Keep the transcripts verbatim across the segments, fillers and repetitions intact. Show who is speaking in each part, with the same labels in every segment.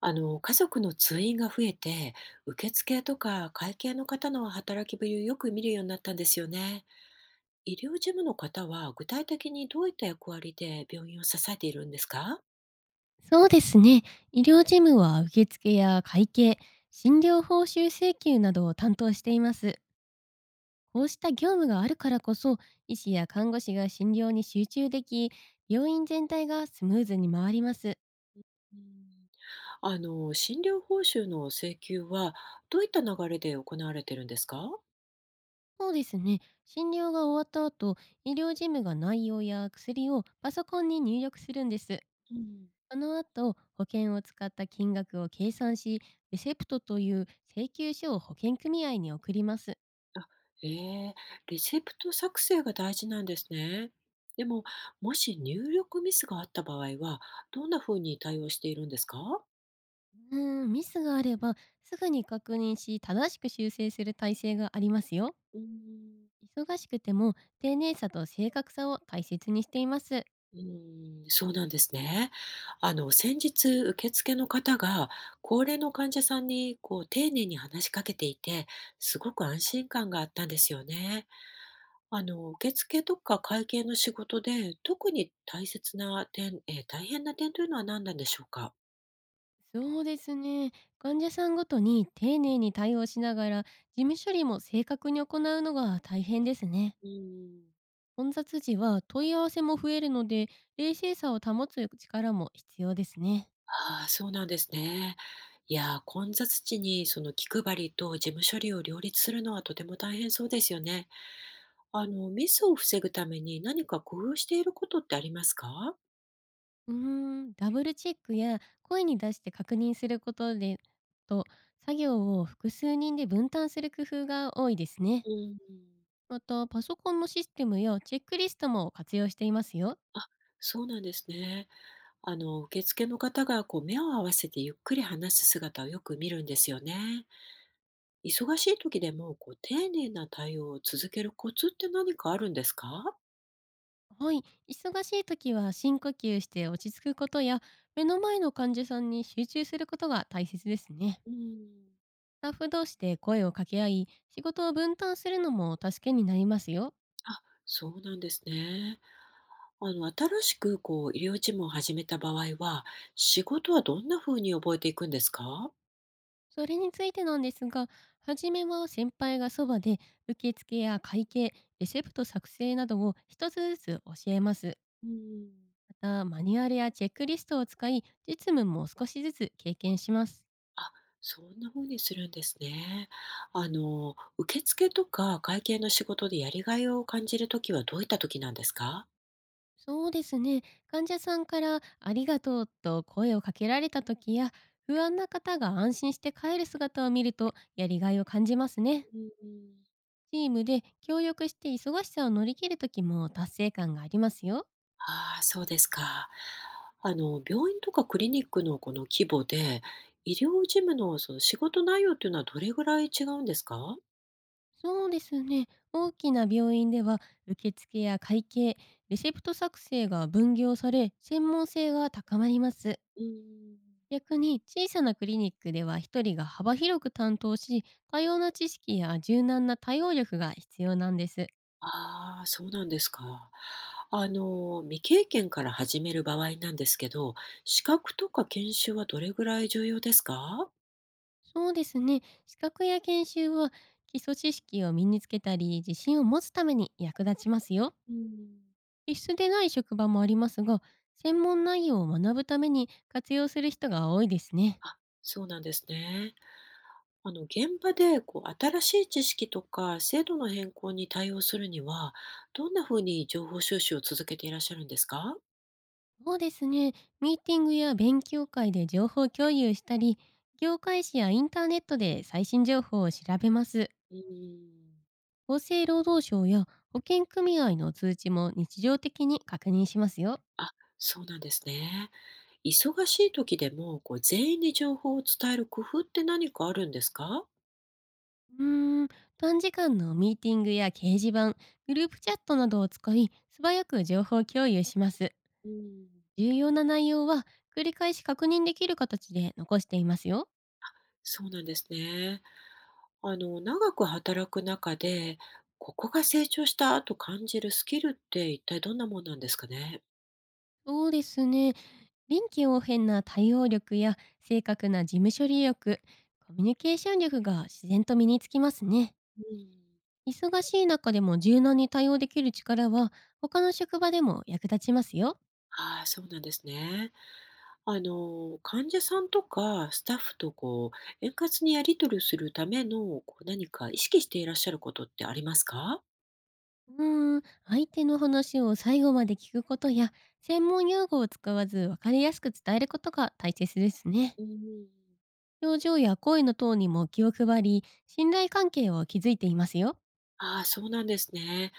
Speaker 1: あの家族の通院が増えて、受付とか会計の方の働きぶりをよく見るようになったんですよね。医療事務の方は具体的にどういった役割で病院を支えているんですか？
Speaker 2: そうですね。医療事務は受付や会計、診療報酬請求などを担当しています。こうした業務があるからこそ、医師や看護師が診療に集中でき、病院全体がスムーズに回ります。
Speaker 1: うん。あの診療報酬の請求はどういった流れで行われているんですか？
Speaker 2: そうですね。診療が終わった後、医療事務が内容や薬をパソコンに入力するんです。
Speaker 1: うん。
Speaker 2: その後、保険を使った金額を計算し、レセプトという請求書を保険組合に送ります。
Speaker 1: ええ、レセプト作成が大事なんですね。でも、もし入力ミスがあった場合は、どんなふうに対応しているんですか？
Speaker 2: うーん、ミスがあればすぐに確認し正しく修正する体制がありますよ。
Speaker 1: うーん。
Speaker 2: 忙しくても丁寧さと正確さを大切にしています。
Speaker 1: うーん、そうなんですね。あの、先日、受付の方が、高齢の患者さんに、こう、丁寧に話しかけていて、すごく安心感があったんですよね。あの、受付とか会計の仕事で、特に大切な点、えー大変な点というのは何なんでしょうか？
Speaker 2: そうですね。患者さんごとに丁寧に対応しながら事務処理も正確に行うのが大変ですね。
Speaker 1: うーん。
Speaker 2: 混雑時は問い合わせも増えるので冷静さを保つ力も必要ですね。
Speaker 1: ああ、そうなんですね。いやー、混雑地にその気配りと事務処理を両立するのはとても大変そうですよね。あの、ミスを防ぐために何か工夫していることってありますか？
Speaker 2: うーん、ダブルチェックや声に出して確認することでと作業を複数人で分担する工夫が多いですね。
Speaker 1: うん。
Speaker 2: またパソコンのシステムやチェックリストも活用していますよ。
Speaker 1: そうなんですね。あの、受付の方がこう目を合わせてゆっくり話す姿をよく見るんですよね。忙しい時でもこう丁寧な対応を続けるコツって何かあるんですか？
Speaker 2: はい、忙しい時は深呼吸して落ち着くことや目の前の患者さんに集中することが大切ですね。
Speaker 1: うん。
Speaker 2: スタッフ同士で声を掛け合い仕事を分担するのも助けになりますよ。
Speaker 1: あ、そうなんですね。あの、新しくこう、医療事務を始めた場合は、仕事はどんな風に覚えていくんですか？
Speaker 2: それについてなんですが、初めは先輩がそばで、受付や会計、レセプト作成などを一つずつ教えます。
Speaker 1: うん。
Speaker 2: また、マニュアルやチェックリストを使い、実務も少しずつ経験します。
Speaker 1: あ、そんな風にするんですね。あの、受付とか会計の仕事でやりがいを感じるときはどういったときなんですか？
Speaker 2: そうですね。患者さんからありがとうと声をかけられた時や、不安な方が安心して帰る姿を見ると、やりがいを感じますね。
Speaker 1: うん。
Speaker 2: チームで協力して忙しさを乗り切る時も達成感がありますよ。
Speaker 1: ああ、そうですか。あの、病院とかクリニックのこの規模で、医療事務のその仕事内容っていうのはどれぐらい違うんですか？
Speaker 2: そうですね。大きな病院では受付や会計、レシプト作成が分業され、専門性が高まります。
Speaker 1: うん。
Speaker 2: 逆に小さなクリニックでは一人が幅広く担当し、多様な知識や柔軟な対応力が必要なんです。
Speaker 1: ああ、そうなんですか。あの、未経験から始める場合なんですけど、資格とか研修はどれぐらい重要ですか？
Speaker 2: そうですね。資格や研修は基礎知識を身につけたり、自信を持つために役立ちますよ。
Speaker 1: うん。
Speaker 2: 必須でない職場もありますが、専門内容を学ぶために活用する人が多いですね。
Speaker 1: あ、そうなんですね。あの、現場でこう新しい知識とか制度の変更に対応するには、どんなふうに情報収集を続けていらっしゃるんですか？
Speaker 2: そうですね。ミーティングや勉強会で情報共有したり、業界誌やインターネットで最新情報を調べます。
Speaker 1: うーん。
Speaker 2: 厚生労働省や保険組合の通知も日常的に確認しますよ。
Speaker 1: あ、そうなんですね。忙しい時でもこう全員に情報を伝える工夫って何かあるんですか？
Speaker 2: うーん、短時間のミーティングや掲示板、グループチャットなどを使い、素早く情報共有します。
Speaker 1: うん。
Speaker 2: 重要な内容は繰り返し確認できる形で残していますよ。
Speaker 1: そうなんですね。あの、長く働く中で、ここが成長したと感じるスキルって一体どんなもんなんですかね？
Speaker 2: そうですね。臨機応変な対応力や正確な事務処理力、コミュニケーション力が自然と身につきますね。
Speaker 1: うん。
Speaker 2: 忙しい中でも柔軟に対応できる力は他の職場でも役立ちますよ。
Speaker 1: ああ、そうなんですね。あの、患者さんとかスタッフとこう、円滑にやり取りするための、こう何か意識していらっしゃることってありますか？
Speaker 2: うーん、相手の話を最後まで聞くことや専門用語を使わず分かりやすく伝えることが大切ですね。
Speaker 1: うん。
Speaker 2: 表情や声のトーンにも気を配り、信頼関係を築いていますよ。
Speaker 1: ああ、そうなんですね。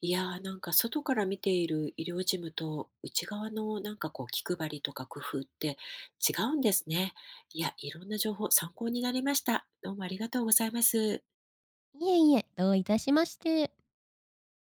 Speaker 1: いやー、なんか外から見ている医療事務と、内側のなんかこう気配りとか工夫って違うんですね。いや、いろんな情報参考になりました。どうもありがとうございます。
Speaker 2: いえいえ、どういたしまして。